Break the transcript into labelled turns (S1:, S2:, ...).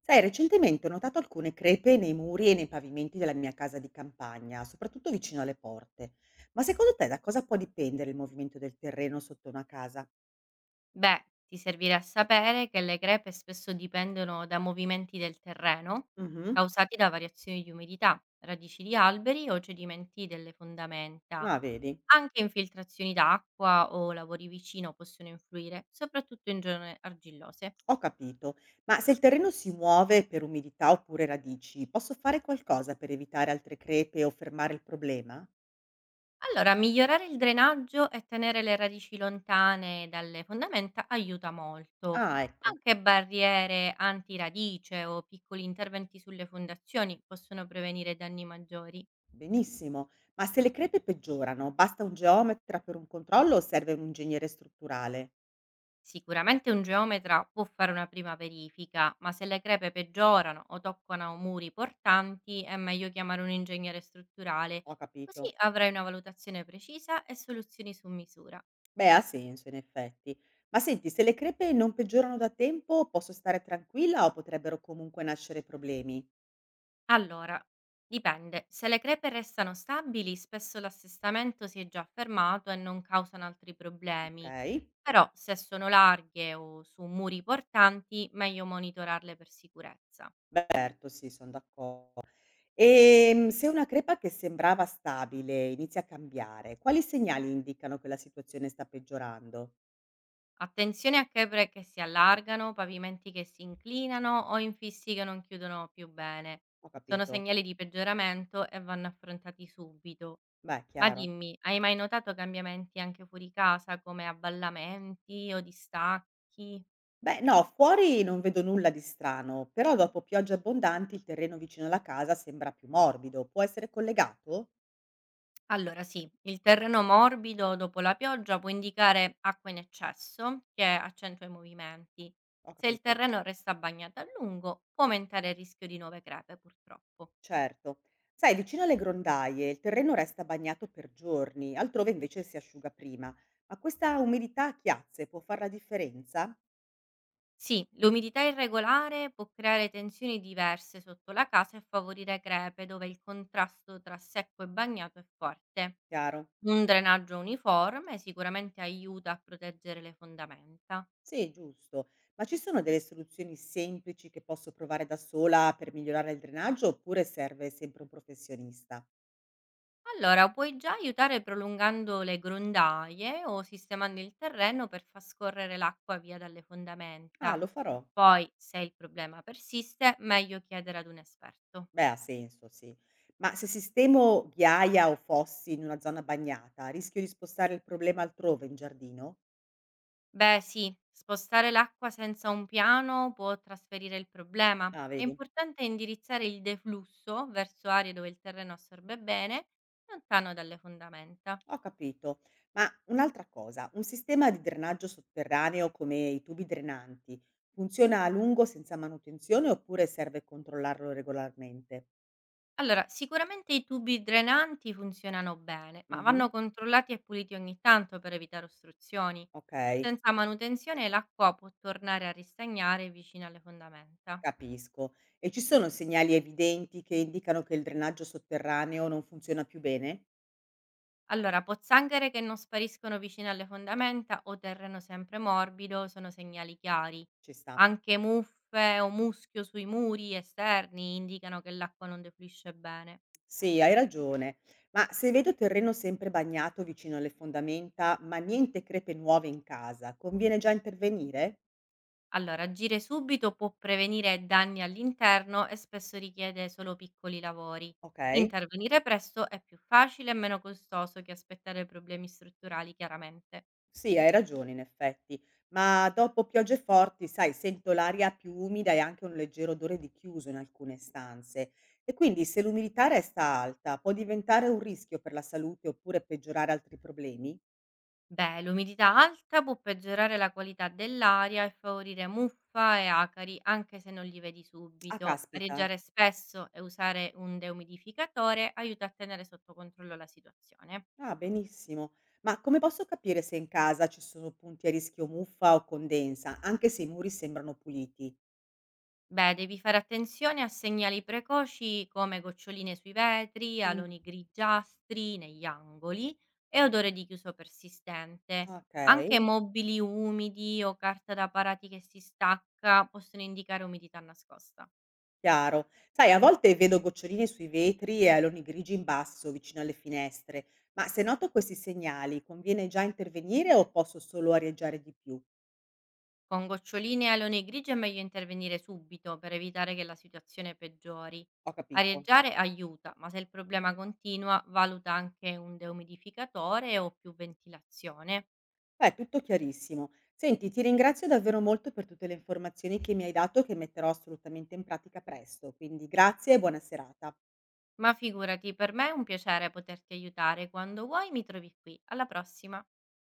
S1: Sai, recentemente ho notato alcune crepe nei muri e nei pavimenti della mia casa di campagna, soprattutto vicino alle porte. Ma secondo te da cosa può dipendere il movimento del terreno sotto una casa?
S2: Beh, ti servirà sapere che le crepe spesso dipendono da movimenti del terreno
S1: Mhm.
S2: causati da variazioni di umidità, radici di alberi o cedimenti delle fondamenta.
S1: Ah, vedi,
S2: Anche infiltrazioni d'acqua o lavori vicino possono influire, soprattutto in zone argillose.
S1: ho capito. Ma se il terreno si muove per umidità oppure radici, posso fare qualcosa per evitare altre crepe o fermare il problema?
S2: Allora, migliorare il drenaggio e tenere le radici lontane dalle fondamenta aiuta molto.
S1: Ah, ecco,
S2: Anche barriere antiradice o piccoli interventi sulle fondazioni possono prevenire danni maggiori.
S1: benissimo. Ma se le crepe peggiorano, basta un geometra per un controllo o serve un ingegnere strutturale?
S2: Sicuramente un geometra può fare una prima verifica, ma se le crepe peggiorano o toccano muri portanti, è meglio chiamare un ingegnere strutturale,
S1: Ho
S2: così
S1: capito.
S2: avrai una valutazione precisa e soluzioni su misura.
S1: Beh, ha senso in effetti. Ma senti, se le crepe non peggiorano da tempo, posso stare tranquilla o potrebbero comunque nascere problemi?
S2: Allora, dipende, se le crepe restano stabili, spesso l'assestamento si è già fermato e non causano altri problemi.
S1: Ok?
S2: Però se sono larghe o su muri portanti, meglio monitorarle per sicurezza.
S1: Beh, certo, sì, sono d'accordo. E se una crepa che sembrava stabile inizia a cambiare, quali segnali indicano che la situazione sta peggiorando?
S2: Attenzione a chebre che si allargano, pavimenti che si inclinano o infissi che non chiudono più bene.
S1: Ho
S2: Sono
S1: capito.
S2: segnali di peggioramento e vanno affrontati subito.
S1: Beh,
S2: Ma
S1: chiaro.
S2: dimmi, hai mai notato cambiamenti anche fuori casa come avvallamenti o distacchi?
S1: Beh, no, fuori non vedo nulla di strano, però dopo piogge abbondanti il terreno vicino alla casa sembra più morbido. Può essere collegato?
S2: Allora sì, il terreno morbido dopo la pioggia può indicare acqua in eccesso che accentua i movimenti.
S1: Ho
S2: Se il
S1: capito.
S2: terreno resta bagnato a lungo può aumentare il rischio di nuove crepe purtroppo.
S1: Certo. Sai, vicino alle grondaie il terreno resta bagnato per giorni, altrove invece si asciuga prima. Ma questa umidità a chiazze può fare la differenza?
S2: Sì, l'umidità irregolare può creare tensioni diverse sotto la casa e favorire crepe dove il contrasto tra secco e bagnato è forte.
S1: Chiaro?
S2: Un drenaggio uniforme sicuramente aiuta a proteggere le fondamenta.
S1: Sì, giusto. Ma ci sono delle soluzioni semplici che posso provare da sola per migliorare il drenaggio oppure serve sempre un professionista?
S2: Allora, puoi già aiutare prolungando le grondaie o sistemando il terreno per far scorrere l'acqua via dalle
S1: Ah,
S2: fondamenta.
S1: lo farò.
S2: Poi, se il problema persiste, meglio chiedere ad un esperto.
S1: Beh, ha senso, sì. Ma se sistemo ghiaia o fossi in una zona bagnata, rischio di spostare il problema altrove in giardino?
S2: Beh, sì, spostare l'acqua senza un piano può trasferire il problema.
S1: Ah,
S2: È
S1: vedi.
S2: importante indirizzare il deflusso verso aree dove il terreno assorbe bene, lontano dalle fondamenta.
S1: Ho capito. Ma un'altra cosa, un sistema di drenaggio sotterraneo come i tubi drenanti funziona a lungo senza manutenzione oppure serve controllarlo regolarmente?
S2: Allora, sicuramente i tubi drenanti funzionano bene, ma
S1: Mhm.
S2: vanno controllati e puliti ogni tanto per evitare ostruzioni.
S1: Ok,
S2: Senza manutenzione l'acqua può tornare a ristagnare vicino alle fondamenta.
S1: capisco. E ci sono segnali evidenti che indicano che il drenaggio sotterraneo non funziona più bene?
S2: Allora, pozzanghere che non spariscono vicino alle fondamenta o terreno sempre morbido sono segnali chiari.
S1: Ci sta.
S2: Anche muffe o muschio sui muri esterni indicano che l'acqua non defluisce bene.
S1: Sì, hai ragione. Ma se vedo terreno sempre bagnato vicino alle fondamenta, ma niente crepe nuove in casa, conviene già intervenire?
S2: Allora, agire subito può prevenire danni all'interno e spesso richiede solo piccoli lavori.
S1: Ok.
S2: Intervenire presto è più facile e meno costoso che aspettare problemi strutturali, chiaramente.
S1: Sì, hai ragione in effetti, ma dopo piogge forti, sai, sento l'aria più umida e anche un leggero odore di chiuso in alcune stanze. E quindi se l'umidità resta alta, può diventare un rischio per la salute oppure peggiorare altri problemi?
S2: Beh, l'umidità alta può peggiorare la qualità dell'aria e favorire muffa e acari, anche se non li vedi
S1: Ah,
S2: subito.
S1: caspita.
S2: Arieggiare spesso e usare un deumidificatore aiuta a tenere sotto controllo la situazione.
S1: Ah, benissimo. Ma come posso capire se in casa ci sono punti a rischio muffa o condensa, anche se i muri sembrano puliti?
S2: Beh, devi fare attenzione a segnali precoci come goccioline sui vetri,
S1: Mm,
S2: aloni grigiastri negli angoli e odore di chiuso persistente.
S1: ok.
S2: Anche mobili umidi o carta da parati che si stacca possono indicare umidità nascosta.
S1: Chiaro. Sai, a volte vedo goccioline sui vetri e aloni grigi in basso vicino alle finestre, ma se noto questi segnali, conviene già intervenire o posso solo arieggiare di più?
S2: Con goccioline e aloni grigi è meglio intervenire subito per evitare che la situazione peggiori.
S1: Ho capito.
S2: Arieggiare aiuta, ma se il problema continua, valuta anche un deumidificatore o più ventilazione.
S1: Beh, tutto chiarissimo. Senti, ti ringrazio davvero molto per tutte le informazioni che mi hai dato, che metterò assolutamente in pratica presto. Quindi grazie e buona serata.
S2: Ma figurati, per me è un piacere poterti aiutare. Quando vuoi mi trovi qui. Alla prossima!